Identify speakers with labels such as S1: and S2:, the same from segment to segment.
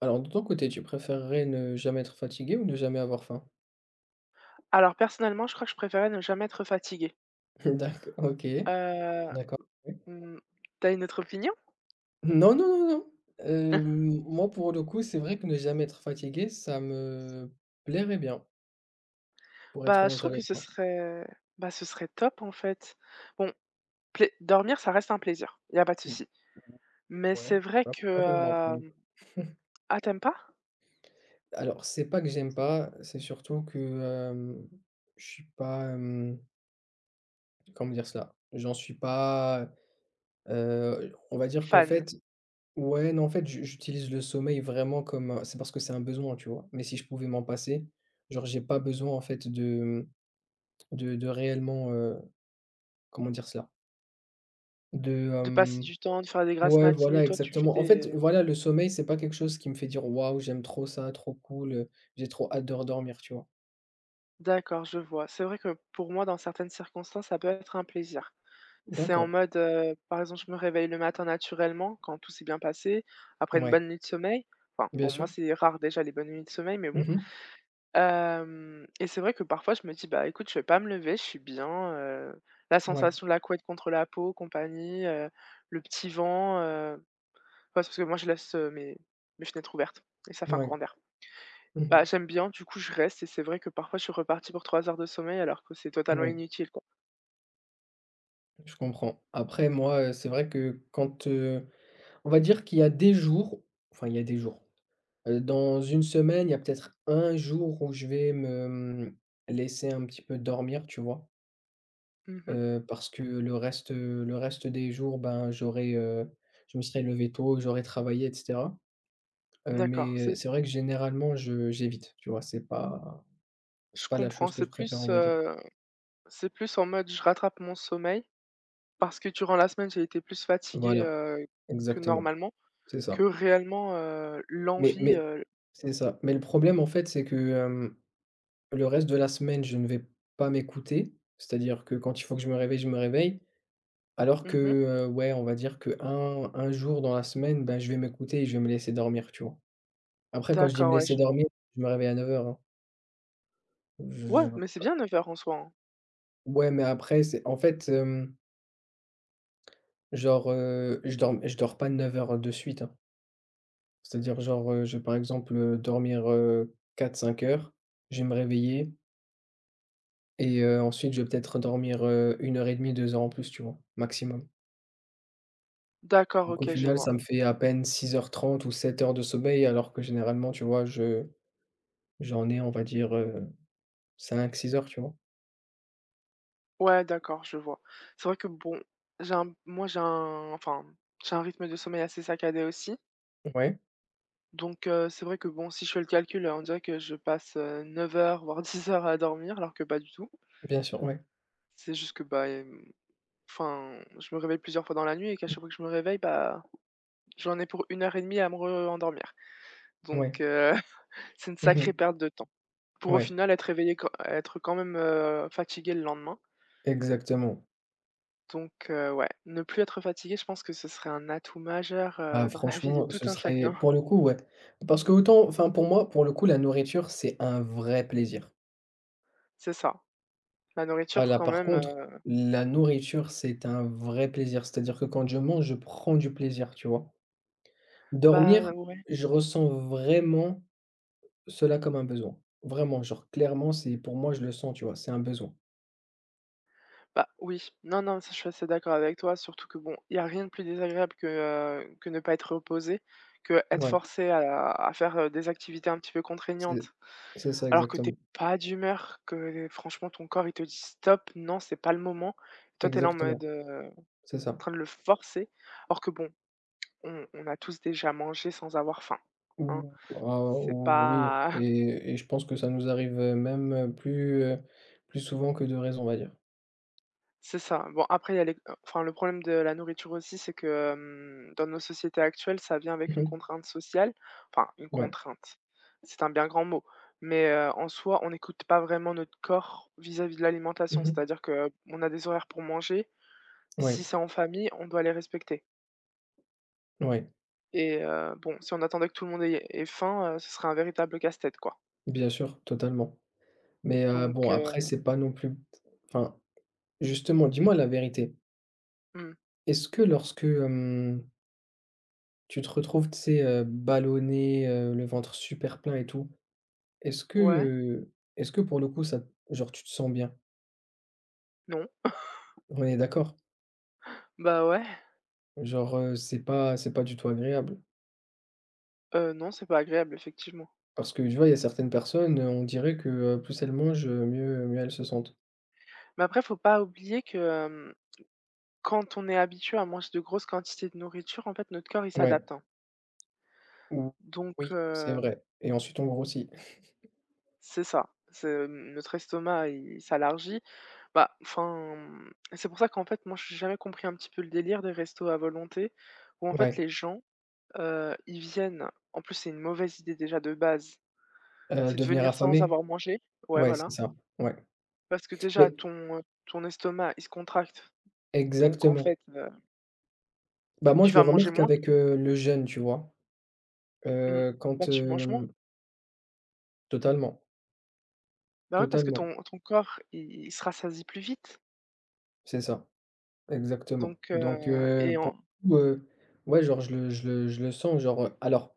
S1: Alors de ton côté, tu préférerais ne jamais être fatigué ou ne jamais avoir faim?
S2: Alors personnellement, je crois que je préférais ne jamais être fatiguée.
S1: D'accord, OK,
S2: Heu,
S1: d'accord, oui.
S2: mmh, Tu une autre opinion?
S1: Non, non, non, non. Hem, moi pour le coup, c'est vrai que ne jamais être fatigué, ça me plairait bien, pour être
S2: Bah, je
S1: honnête
S2: trouve que
S1: avec
S2: ce
S1: toi.
S2: serait bah, ce serait top en fait. Bon, plai dormir, ça reste un plaisir, il y a pas de
S1: Mmh,
S2: souci. Mais
S1: ouais,
S2: c'est vrai
S1: pas
S2: que,
S1: pas pour moi, pour le
S2: hem
S1: coup.
S2: Ah, t'aimes pas?
S1: Alors c'est pas que j'aime pas, c'est surtout que, je suis pas, comment dire cela? J'en suis pas, on va dire qu'en
S2: Fan
S1: fait Ouais, non, en fait, j'utilise le sommeil vraiment comme, c'est parce que c'est un besoin, tu vois? Mais si je pouvais m'en passer, genre, j'ai pas besoin, en fait, de, de réellement, comment dire cela? De,
S2: de passer
S1: hem
S2: du temps, de faire des grasses
S1: ouais,
S2: matinées,
S1: voilà,
S2: toi tu fais
S1: exactement. En fait,
S2: tes
S1: voilà, le sommeil, c'est pas quelque chose qui me fait dire: «Waouh, j'aime trop ça, trop cool, j'ai trop hâte de redormir», tu vois?
S2: d'accord, je vois. C'est vrai que pour moi, dans certaines circonstances, ça peut être un plaisir. C'est en
S1: D'accord,
S2: mode, par exemple, je me réveille le matin naturellement quand tout s'est bien passé, après une
S1: ouais,
S2: bonne nuit de sommeil. Enfin,
S1: bien
S2: bon,
S1: sûr.
S2: moi, c'est rare déjà les bonnes nuits de sommeil, mais bon.
S1: Mmh,
S2: Hem Et c'est vrai que parfois je me dis: «Bah, écoute, je vais pas me lever, je suis bien». La
S1: ouais,
S2: sensation de la couette contre la peau, compagnie, le petit vent, ouais, c'est parce que moi je laisse, mes fenêtres ouvertes et ça fait un courant
S1: ouais.
S2: d'air.
S1: Mmh,
S2: Bah, j'aime bien, du coup, je reste et c'est vrai que parfois je suis repartie pour 3 heures de sommeil alors que c'est totalement
S1: ouais,
S2: inutile, quoi.
S1: je comprends. Après moi, c'est vrai que quand, on va dire qu'il y a des jours enfin, il y a des jours dans une semaine, il y a peut-être un jour où je vais me, laisser un petit peu dormir, tu vois?
S2: Mmh.
S1: Parce que le reste des jours, ben, j'aurais, je me serais levé tôt, j'aurais travaillé et cetera.
S2: D'accord,
S1: Mais
S2: c'est
S1: c'est vrai que généralement je j'évite, tu vois? C'est pas c'est
S2: je
S1: pas la
S2: comprends,
S1: chose que
S2: c'est
S1: je préfère,
S2: plus,
S1: on va dire.
S2: C'est plus en mode je rattrape mon sommeil parce que durant la semaine, j'ai été plus fatiguée,
S1: Voilà,
S2: que
S1: exactement,
S2: normalement,
S1: c'est
S2: que
S1: ça.
S2: réellement, heu,
S1: Mais
S2: l'envie,
S1: mais
S2: heu
S1: c'est ça. Mais le problème, en fait, c'est que, le reste de la semaine, je ne vais pas m'écouter. C'est-à-dire que quand il faut que je me réveille, je me réveille. Alors que,
S2: mmh
S1: ouais, on va dire que un jour dans la semaine, ben je vais m'écouter et je vais me laisser dormir, tu vois? Après quand je dis me
S2: D'accord, ouais,
S1: laisser
S2: je vois.
S1: dormir, je me réveille à 9:00, hein. Je
S2: Ouais, mais c'est bien 9:00 en soi, hein.
S1: ouais, mais après c'est en fait, genre, je dors pas 9 heures de suite, hein. C'est-à-dire genre, je vais par exemple, dormir, 4 5 heures, je vais me réveiller et ensuite je vais peut-être dormir, 1 heure et demie, 2 heures en plus, tu vois? Maximum.
S2: D'accord,
S1: Donc au
S2: OK, je
S1: final,
S2: vois.
S1: ça me fait à peine 6 heures 30 ou 7 heures de sommeil alors que généralement, tu vois, je J'en ai, on va dire, 5-6 heures, tu vois?
S2: Ouais, d'accord, je vois. C'est vrai que bon, j'ai un moi j'ai un enfin, j'ai un rythme de sommeil assez saccadé aussi,
S1: Ouais,
S2: donc c'est vrai que bon, si je fais le calcul, on dirait que je passe, 9 heures, voire 10 heures à dormir alors que pas du tout.
S1: bien sûr, ouais.
S2: C'est juste que, bah, hem enfin, je me réveille plusieurs fois dans la nuit et qu'à
S1: Mmh.
S2: chaque fois que je me réveille, bah, j'en ai pour une heure et demie à me rendormir.
S1: Ouais.
S2: Donc c'est une
S1: Mmh mh.
S2: sacrée perte de temps. Pour au
S1: Ouais,
S2: final être réveillé quand être quand même, fatigué le lendemain.
S1: exactement.
S2: Donc ouais, ne plus être fatigué, je pense que ce serait un atout majeur,
S1: Ah
S2: dans la vie de
S1: franchement,
S2: tout
S1: ce
S2: un
S1: serait
S2: chacun.
S1: pour le coup, ouais. Parce qu'autant enfin pour moi, pour le coup, la nourriture, c'est un vrai plaisir.
S2: C'est ça. La
S1: Ah
S2: nourriture
S1: là,
S2: quand
S1: par
S2: même,
S1: contre, la nourriture, c'est un vrai plaisir. C'est-à-dire que quand je mange, je prends du plaisir, tu vois? Dormir,
S2: bah, ouais.
S1: je ressens vraiment cela comme un besoin. Vraiment, genre clairement, c'est pour moi, je le sens, tu vois? C'est un besoin.
S2: Bah, oui. Non, non, ça, je suis assez d'accord avec toi, surtout que bon, il y a rien de plus désagréable que ne pas être reposé, que être
S1: Ouais,
S2: forcé à faire, des activités un petit peu
S1: c'est
S2: contraignantes,
S1: c'est ça
S2: alors que t'es
S1: exactement,
S2: pas d'humeur, que franchement ton corps il te dit: «Stop, non, c'est pas le moment». Toi, t'es là en
S1: exactement.
S2: mode,
S1: C'est
S2: en
S1: ça.
S2: train de le forcer, alors que bon, on a tous déjà mangé sans avoir faim, hein.
S1: Ou ah
S2: C'est
S1: oui
S2: pas
S1: et je pense que ça nous arrive, même, plus, plus souvent que de raison, on va dire.
S2: C'est ça. Bon, après, il y a les enfin, le problème de la nourriture aussi, c'est que, dans nos sociétés actuelles, ça vient avec une
S1: Mmh,
S2: contrainte sociale. Enfin, une
S1: ouais.
S2: contrainte, c'est un bien grand mot. Mais, en soi, on n'écoute pas vraiment notre corps vis-à-vis de l'alimentation.
S1: Mmh,
S2: C'est-à-dire que on a des horaires pour manger.
S1: ouais,
S2: Si c'est en famille, on doit les respecter.
S1: ouais,
S2: Et, bon, si on attendait que tout le monde ait faim, ce serait un véritable casse-tête, quoi.
S1: bien sûr, totalement. Mais,
S2: Donc,
S1: bon après
S2: heu
S1: c'est pas non plus enfin, justement, dis-moi la vérité.
S2: mmh.
S1: Est-ce que lorsque, tu te retrouves, tu sais, ballonné, le ventre super plein et tout, est-ce que,
S2: Ouais,
S1: heu, est-ce que pour le coup ça genre tu te sens bien?
S2: non.
S1: On est d'accord?
S2: Bah, ouais.
S1: Genre, c'est pas du tout agréable.
S2: Non, c'est pas agréable, effectivement.
S1: Parce que tu vois, il y a certaines personnes, on dirait que, plus elles mangent, mieux elles se sentent.
S2: Mais après, faut pas oublier que, hem Quand on est habitué à manger de grosses quantités de nourriture, en fait, notre corps, il
S1: Ouais,
S2: s'adapte, hein.
S1: ou
S2: Donc
S1: oui, c'est vrai et ensuite on grossit.
S2: c'est ça, c'est notre estomac, il s'élargit. Bah, enfin, c'est pour ça qu'en fait, moi, j'ai jamais compris un petit peu le délire des restos à volonté où, en fait,
S1: Ouais,
S2: les gens, ils viennent en plus, c'est une mauvaise idée déjà de base, c'est de
S1: devenir
S2: venir sans
S1: affamé.
S2: avoir mangé. Ouais,
S1: Ouais, c'est
S2: voilà.
S1: ça, ouais.
S2: Parce que déjà
S1: Mais
S2: ton estomac, il se contracte, donc en
S1: exactement.
S2: fait,
S1: Bah, moi,
S2: tu
S1: je le
S2: vas manger
S1: remarque
S2: moins que
S1: avec, le jeûne, tu vois?
S2: mmh, bah,
S1: Quand,
S2: tu manges moins.
S1: hem totalement,
S2: Bah, ouais, parce que
S1: totalement,
S2: ton corps, il se rassasie plus vite,
S1: c'est ça, exactement.
S2: donc
S1: Donc
S2: heu et
S1: pour
S2: en
S1: le coup, ouais, genre, je le sens, genre, alors,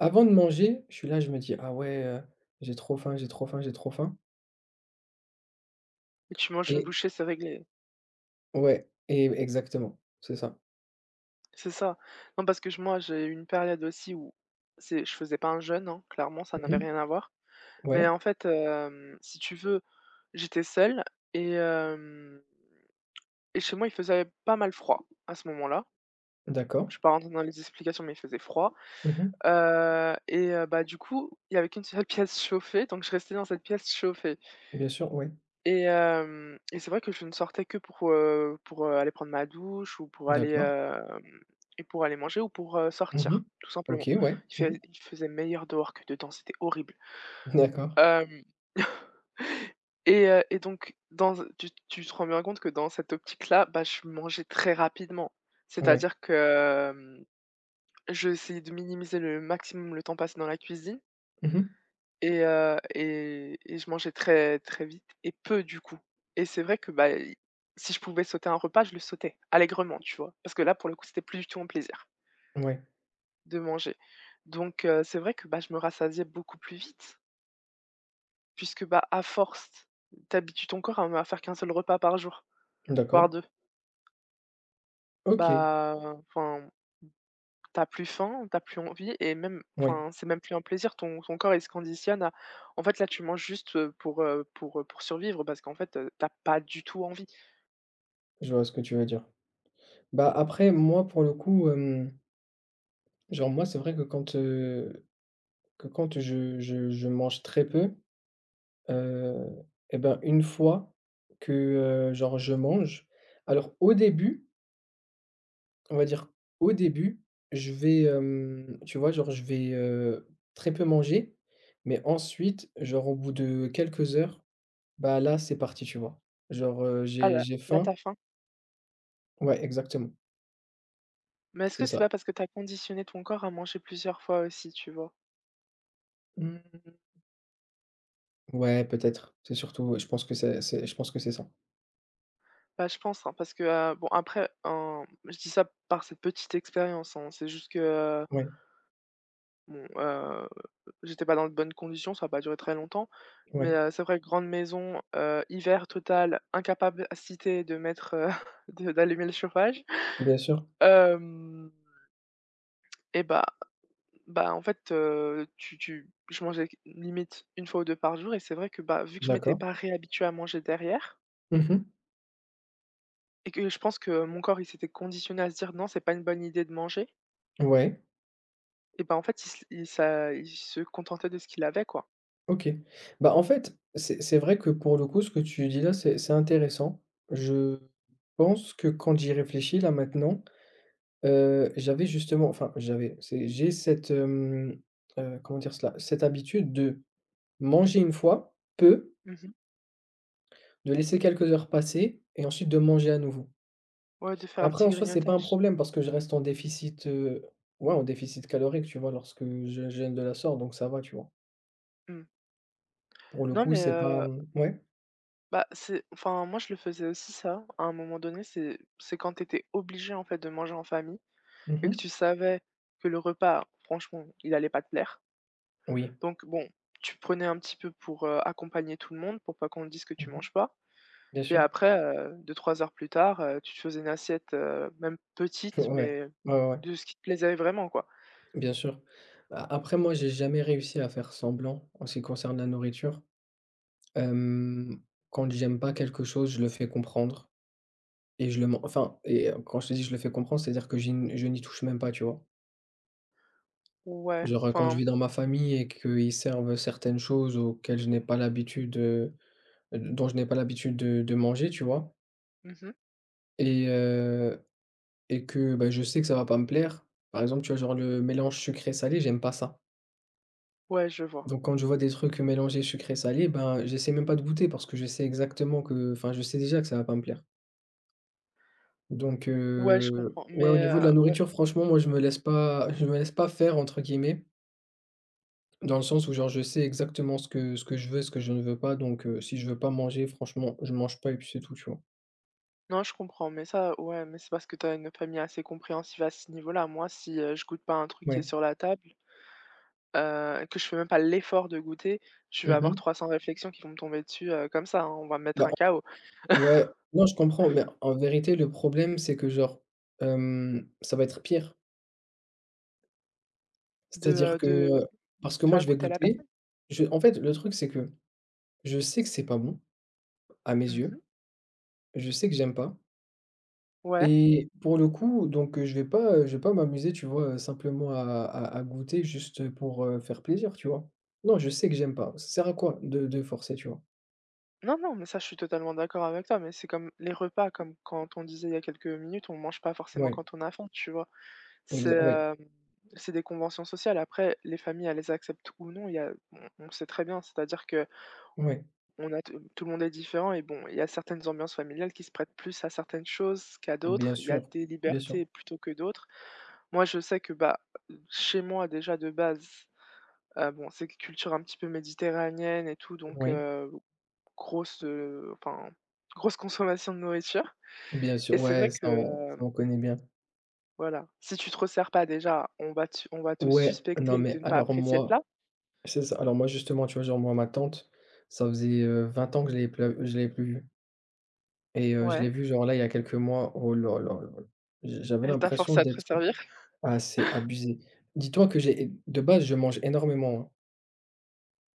S1: avant de manger, je suis là, je me dis: «Ah ouais, j'ai trop faim, j'ai trop faim, j'ai trop faim»
S2: et tu manges une
S1: et
S2: bouchée, c'est réglé.
S1: Ouais, et exactement, c'est ça.
S2: C'est ça. Non, parce que j moi, j'ai eu une période aussi où c'est je faisais pas un jeûne, hein, clairement, ça
S1: Mmh
S2: n'avait
S1: mh.
S2: rien à voir. Mais
S1: Ouais,
S2: en fait, si tu veux, j'étais seule et hem et chez moi, il faisait pas mal froid à ce moment-là.
S1: d'accord.
S2: Je ne vais pas rentrer dans les explications, mais il faisait froid,
S1: Mmh mh.
S2: et, bah, du coup, il y avait qu'une seule pièce chauffée, donc je restais dans cette pièce chauffée.
S1: Bien sûr, ouais.
S2: Et c'est vrai que je ne sortais que pour, aller prendre ma douche ou pour aller,
S1: D'accord.
S2: hem et pour aller manger ou pour, heu,
S1: Mmh mh.
S2: sortir, tout simplement.
S1: OK, ouais. Mmh mh.
S2: Il faisait meilleur dehors que dedans, c'était horrible.
S1: D'accord.
S2: Hem et donc dans tu tu te rends bien compte que dans cette optique-là, bah, je mangeais très rapidement.
S1: Ouais.
S2: C'est-à-dire que, hem, j'essayais de minimiser le maximum le temps passé dans la cuisine.
S1: Mmh
S2: Et je mangeais très, très vite et peu du coup et c'est vrai que, bah, i si je pouvais sauter un repas, je le sautais allègrement, tu vois? Parce que là, pour le coup, c'était plus du tout un plaisir
S1: mh. Ouais.
S2: de manger. Donc c'est vrai que, bah, je me rassasiais beaucoup plus vite puisque, bah, à force, t'habitues ton corps à faire qu'un seul repas par jour, voire
S1: D'accord.
S2: 2.
S1: OK.
S2: Bah, enfin t'as plus faim, t'as plus envie et même
S1: Ouais,
S2: enfin c'est même plus un plaisir, ton corps, il se conditionne à en fait, là, tu manges juste pour survivre parce qu'en fait, tu pas du tout envie.
S1: je vois ce que tu veux dire. Bah, après, moi, pour le coup, genre, moi, c'est vrai que quand je mange très peu, heu et ben, une fois que, genre, je mange alors, au début On va dire, au début, je vais, tu vois, genre, je vais, très peu manger, mais ensuite, genre, au bout de quelques heures, bah, là, c'est parti, tu vois? Genre,
S2: Ah
S1: j'ai
S2: là
S1: j'ai
S2: là,
S1: faim
S2: t'as faim.
S1: ouais, exactement,
S2: Mais est-ce
S1: c'est
S2: que c'est
S1: ça.
S2: pas parce que t'as conditionné ton corps à manger plusieurs fois aussi, tu vois?
S1: Mmh. Ouais, peut-être, c'est surtout ouais, je pense que c'est je pense que c'est ça.
S2: Bah, je pense, hein, parce que, bon après, hein, je dis ça par cette petite expérience, hein, c'est juste que, heu
S1: Ouais,
S2: Bon, heu, j'étais pas dans de bonnes conditions, ça a pas duré très longtemps, mais
S1: ouais,
S2: c'est vrai que grande maison, hiver total, incapacité de mettre, de d'allumer le chauffage,
S1: bien sûr.
S2: hem et bah bah, en fait, tu tu je mangeais limite une fois ou 2 par jour et c'est vrai que, bah, vu que je m'étais
S1: D'accord.
S2: pas réhabituée à manger derrière
S1: Mmh,
S2: et que je pense que mon corps, il s'était conditionné à se dire: «Non, c'est pas une bonne idée de manger»
S1: ouais,
S2: et bah, en fait, il se contentait de ce qu'il avait, quoi.
S1: OK. Bah, en fait, c'est vrai que pour le coup, ce que tu dis là, c'est intéressant. Je pense que quand j'y réfléchis là maintenant j'avais justement enfin j'avais, c'est j'ai cette, comment dire cela? Cette habitude de manger une fois, peu,
S2: Mmh mh.
S1: de laisser quelques heures passer et ensuite de manger à nouveau.
S2: Ouais, de faire un
S1: Après
S2: petit
S1: en soi, c'est pas un
S2: grignotage.
S1: problème parce que je reste en déficit, ouais, en déficit calorique, tu vois? Lorsque je jeûne de la sorte, donc ça va, tu vois?
S2: Mmh.
S1: Pour le
S2: Non,
S1: coup,
S2: mais
S1: c'est pas, mmh ouais.
S2: bah, c'est enfin, moi, je le faisais aussi ça, à un moment donné, c'est quand tu étais obligé, en fait, de manger en famille
S1: Mmh
S2: et que
S1: mh.
S2: tu savais que le repas, franchement, il allait pas te plaire.
S1: Oui.
S2: Donc bon, tu prenais un petit peu pour, accompagner tout le monde, pour pas qu'on dise que
S1: Mmh
S2: tu
S1: mh.
S2: manges pas
S1: Bien
S2: et
S1: sûr.
S2: après, 2-3 heures plus tard, tu te faisais une assiette, même petite,
S1: Ouais.
S2: mais
S1: Ouais, ouais, ouais,
S2: de ce qui te plaisait vraiment, quoi.
S1: bien sûr. A après moi, j'ai jamais réussi à faire semblant en ce qui concerne la nourriture. Hem, quand j'aime pas quelque chose, je le fais comprendre et je le men enfin et quand je te dis: «Je le fais comprendre», c'est-à-dire que j'y n je n'y touche même pas, tu vois?
S2: Ouais,
S1: Genre, quand je
S2: enfin,
S1: vis dans ma famille et qu'ils servent certaines choses auxquelles je n'ai pas l'habitude, dont je n'ai pas l'habitude de manger, tu vois?
S2: mmh
S1: Et heu et que, bah, je sais que ça va pas me plaire. Par exemple, tu vois, genre le mélange sucré-salé, j'aime pas ça.
S2: ouais, je vois.
S1: Donc quand je vois des trucs mélangés sucré-salé, ben, j'essaie même pas de goûter parce que je sais exactement que enfin, je sais déjà que ça va pas me plaire. Donc
S2: Ouais, je comprends,
S1: ouais,
S2: mais
S1: au niveau de la
S2: ouais.
S1: nourriture, franchement, moi, je me laisse pas «faire» entre guillemets, dans le sens où genre je sais exactement ce que je veux ce que je ne veux pas, donc si je veux pas manger, franchement, je mange pas et puis c'est tout, tu vois?
S2: Non, je comprends, mais ça, ouais, mais c'est parce que t'as une famille assez compréhensive à ce niveau-là. Moi, si, je goûte pas un truc qui est
S1: Ouais.
S2: sur la table, que je fais même pas l'effort de goûter, je vais avoir
S1: Mmh,
S2: 300 réflexions qui vont me tomber dessus, comme ça, hein. On va me mettre
S1: bah,
S2: un chaos.
S1: en ouais, non, je comprends, mais en vérité, le problème, c'est que genre, ça va être pire.
S2: De,
S1: C'est-à-dire
S2: heu,
S1: que,
S2: de
S1: parce
S2: de
S1: que moi,
S2: faire
S1: je vais
S2: écouter à la
S1: goûter,
S2: personne?
S1: je en fait, le truc, c'est que je sais que c'est pas bon à mes yeux,
S2: Mmh.
S1: je sais que j'aime pas.
S2: Ouais.
S1: Et pour le coup, donc, je vais pas m'amuser, tu vois, simplement à goûter juste, pour, faire plaisir, tu vois? Non, je sais que j'aime pas. Ça sert à quoi de forcer, tu vois?
S2: Non, non, mais ça, je suis totalement d'accord avec toi, mais c'est comme les repas, comme quand on disait il y a quelques minutes, on mange pas forcément
S1: Ouais,
S2: quand on a faim, tu vois? C'est,
S1: exa ouais,
S2: hem, c'est des conventions sociales. Après, les familles, elles les acceptent ou non, il y a on sait très bien, c'est-à-dire que
S1: ouais,
S2: on a t tout le monde est différent et bon, il y a certaines ambiances familiales qui se prêtent plus à certaines choses qu'à
S1: bien
S2: d'autres. Il y a
S1: sûr,
S2: des
S1: bien sûr.
S2: libertés plutôt que d'autres. Moi, je sais que, bah, chez moi, déjà, de base, bon, c'est culture un petit peu méditerranéenne et tout, donc
S1: Oui,
S2: enfin, grosse consommation de nourriture
S1: bien
S2: et
S1: sûr,
S2: c'est vrai
S1: ouais,
S2: que,
S1: ça on ça on connaît bien.
S2: voilà, si tu te resserres pas déjà, on va te
S1: Ouais, non,
S2: suspecter
S1: mais
S2: de ne pas
S1: alors
S2: apprécier le
S1: moi
S2: plat.
S1: c'est ça. Alors moi, justement, tu vois, genre, moi, ma tante, ça faisait, 20 ans que je l'avais pla je l'avais plus vue et je l'ai
S2: Ouais,
S1: vue, genre, là, il y a quelques mois. Oh là là là là! J'avais
S2: elle t'a
S1: l'impression
S2: forcé à te
S1: d'être
S2: resservir?
S1: Ah, c'est abusé. Dis-toi que j'ai de base, je mange énormément, hein,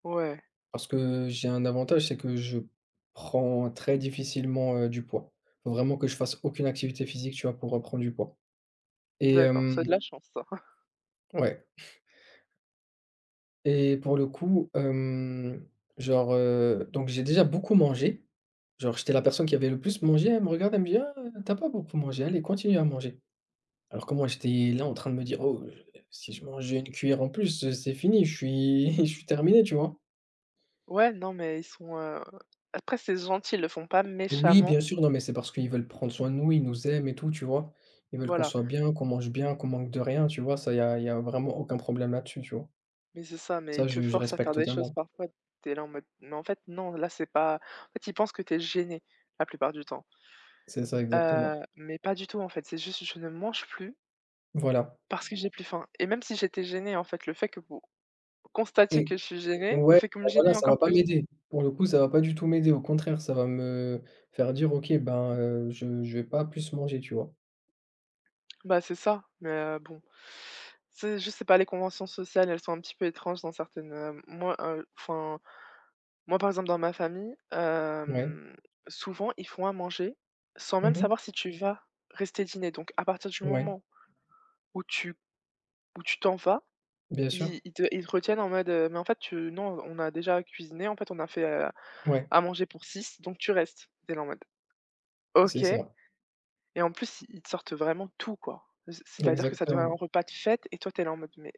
S2: Ouais,
S1: parce que j'ai un avantage, c'est que je prends très difficilement, du poids. Faut vraiment que je fasse aucune activité physique, tu vois, pour reprendre du poids et
S2: d'accord, c'est de
S1: hem
S2: la chance ça.
S1: ouais et pour le coup, genre, donc j'ai déjà beaucoup mangé. Genre, j'étais la personne qui avait le plus mangé, elle me regarde, elle me dit: «Ah, tu pas beaucoup mangé, allez continue à manger». Alors que moi, j'étais là en train de me dire: «Oh, si je mange une cuillère en plus, c'est fini, je suis je suis terminé», tu vois?
S2: Ouais, non mais ils sont, après c'est gentil, ils le font pas
S1: Oui,
S2: méchamment,
S1: bien sûr, non, mais c'est parce qu'ils veulent prendre soin de nous, ils nous aiment et tout, tu vois? Ils veulent qu'on
S2: voilà,
S1: soit bien, qu'on mange bien, qu'on manque de rien, tu vois? Ça, il y a y a vraiment aucun problème là-dessus, tu vois?
S2: mais c'est ça, mais
S1: Ça,
S2: ils te
S1: je
S2: forcent à
S1: respecte
S2: faire des choses
S1: totalement.
S2: parfois, tu es là en mode: «Mais en fait non, là c'est pas» en fait, ils pensent que tu es gêné la plupart du temps,
S1: C'est ça, exactement.
S2: mais pas du tout en fait, c'est juste: «Je ne mange plus»
S1: Voilà
S2: parce que j'ai plus faim et même si j'étais gênée, en fait, le fait que vous constatiez
S1: et
S2: que je suis gênée, me
S1: ouais,
S2: fait que me
S1: bah, voilà,
S2: gêner
S1: ça va
S2: encore
S1: pas
S2: plus.
S1: m'aider. Pour le coup, ça va pas du tout m'aider. Au contraire, ça va me faire dire: «OK, ben, je vais pas plus manger», tu vois?
S2: Bah, c'est ça, mais bon, c'est je sais pas, les conventions sociales, elles sont un petit peu étranges dans certaines, moi, enfin, moi, par exemple, dans ma famille,
S1: Ouais.
S2: souvent, ils font à manger sans même
S1: Mmh,
S2: savoir si tu vas rester dîner donc à partir du
S1: ouais,
S2: moment où tu où tu t'en vas,
S1: bien sûr.
S2: ils te retiennent en mode, «Mais en fait, tu non, on a déjà cuisiné, en fait, on a fait,
S1: Ouais,
S2: à manger pour 6, donc tu restes». Tu es là en mode
S1: c'est
S2: OK
S1: ça.
S2: et en plus, ils te sortent vraiment tout, quoi. C c'est-à-dire que ça devient un
S1: Exactement,
S2: repas de fête et toi, t'es là en mode: «Mais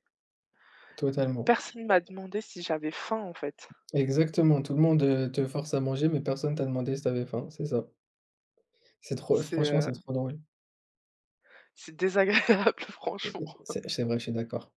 S1: totalement.
S2: personne m'a demandé si j'avais faim, en fait».
S1: Exactement, tout le monde, te force à manger, mais personne t'a demandé si t'avais faim, c'est ça. C'est trop
S2: C'est,
S1: franchement, c'est
S2: heu,
S1: trop drôle.
S2: c'est désagréable franchement.
S1: C'est vrai, je suis d'accord.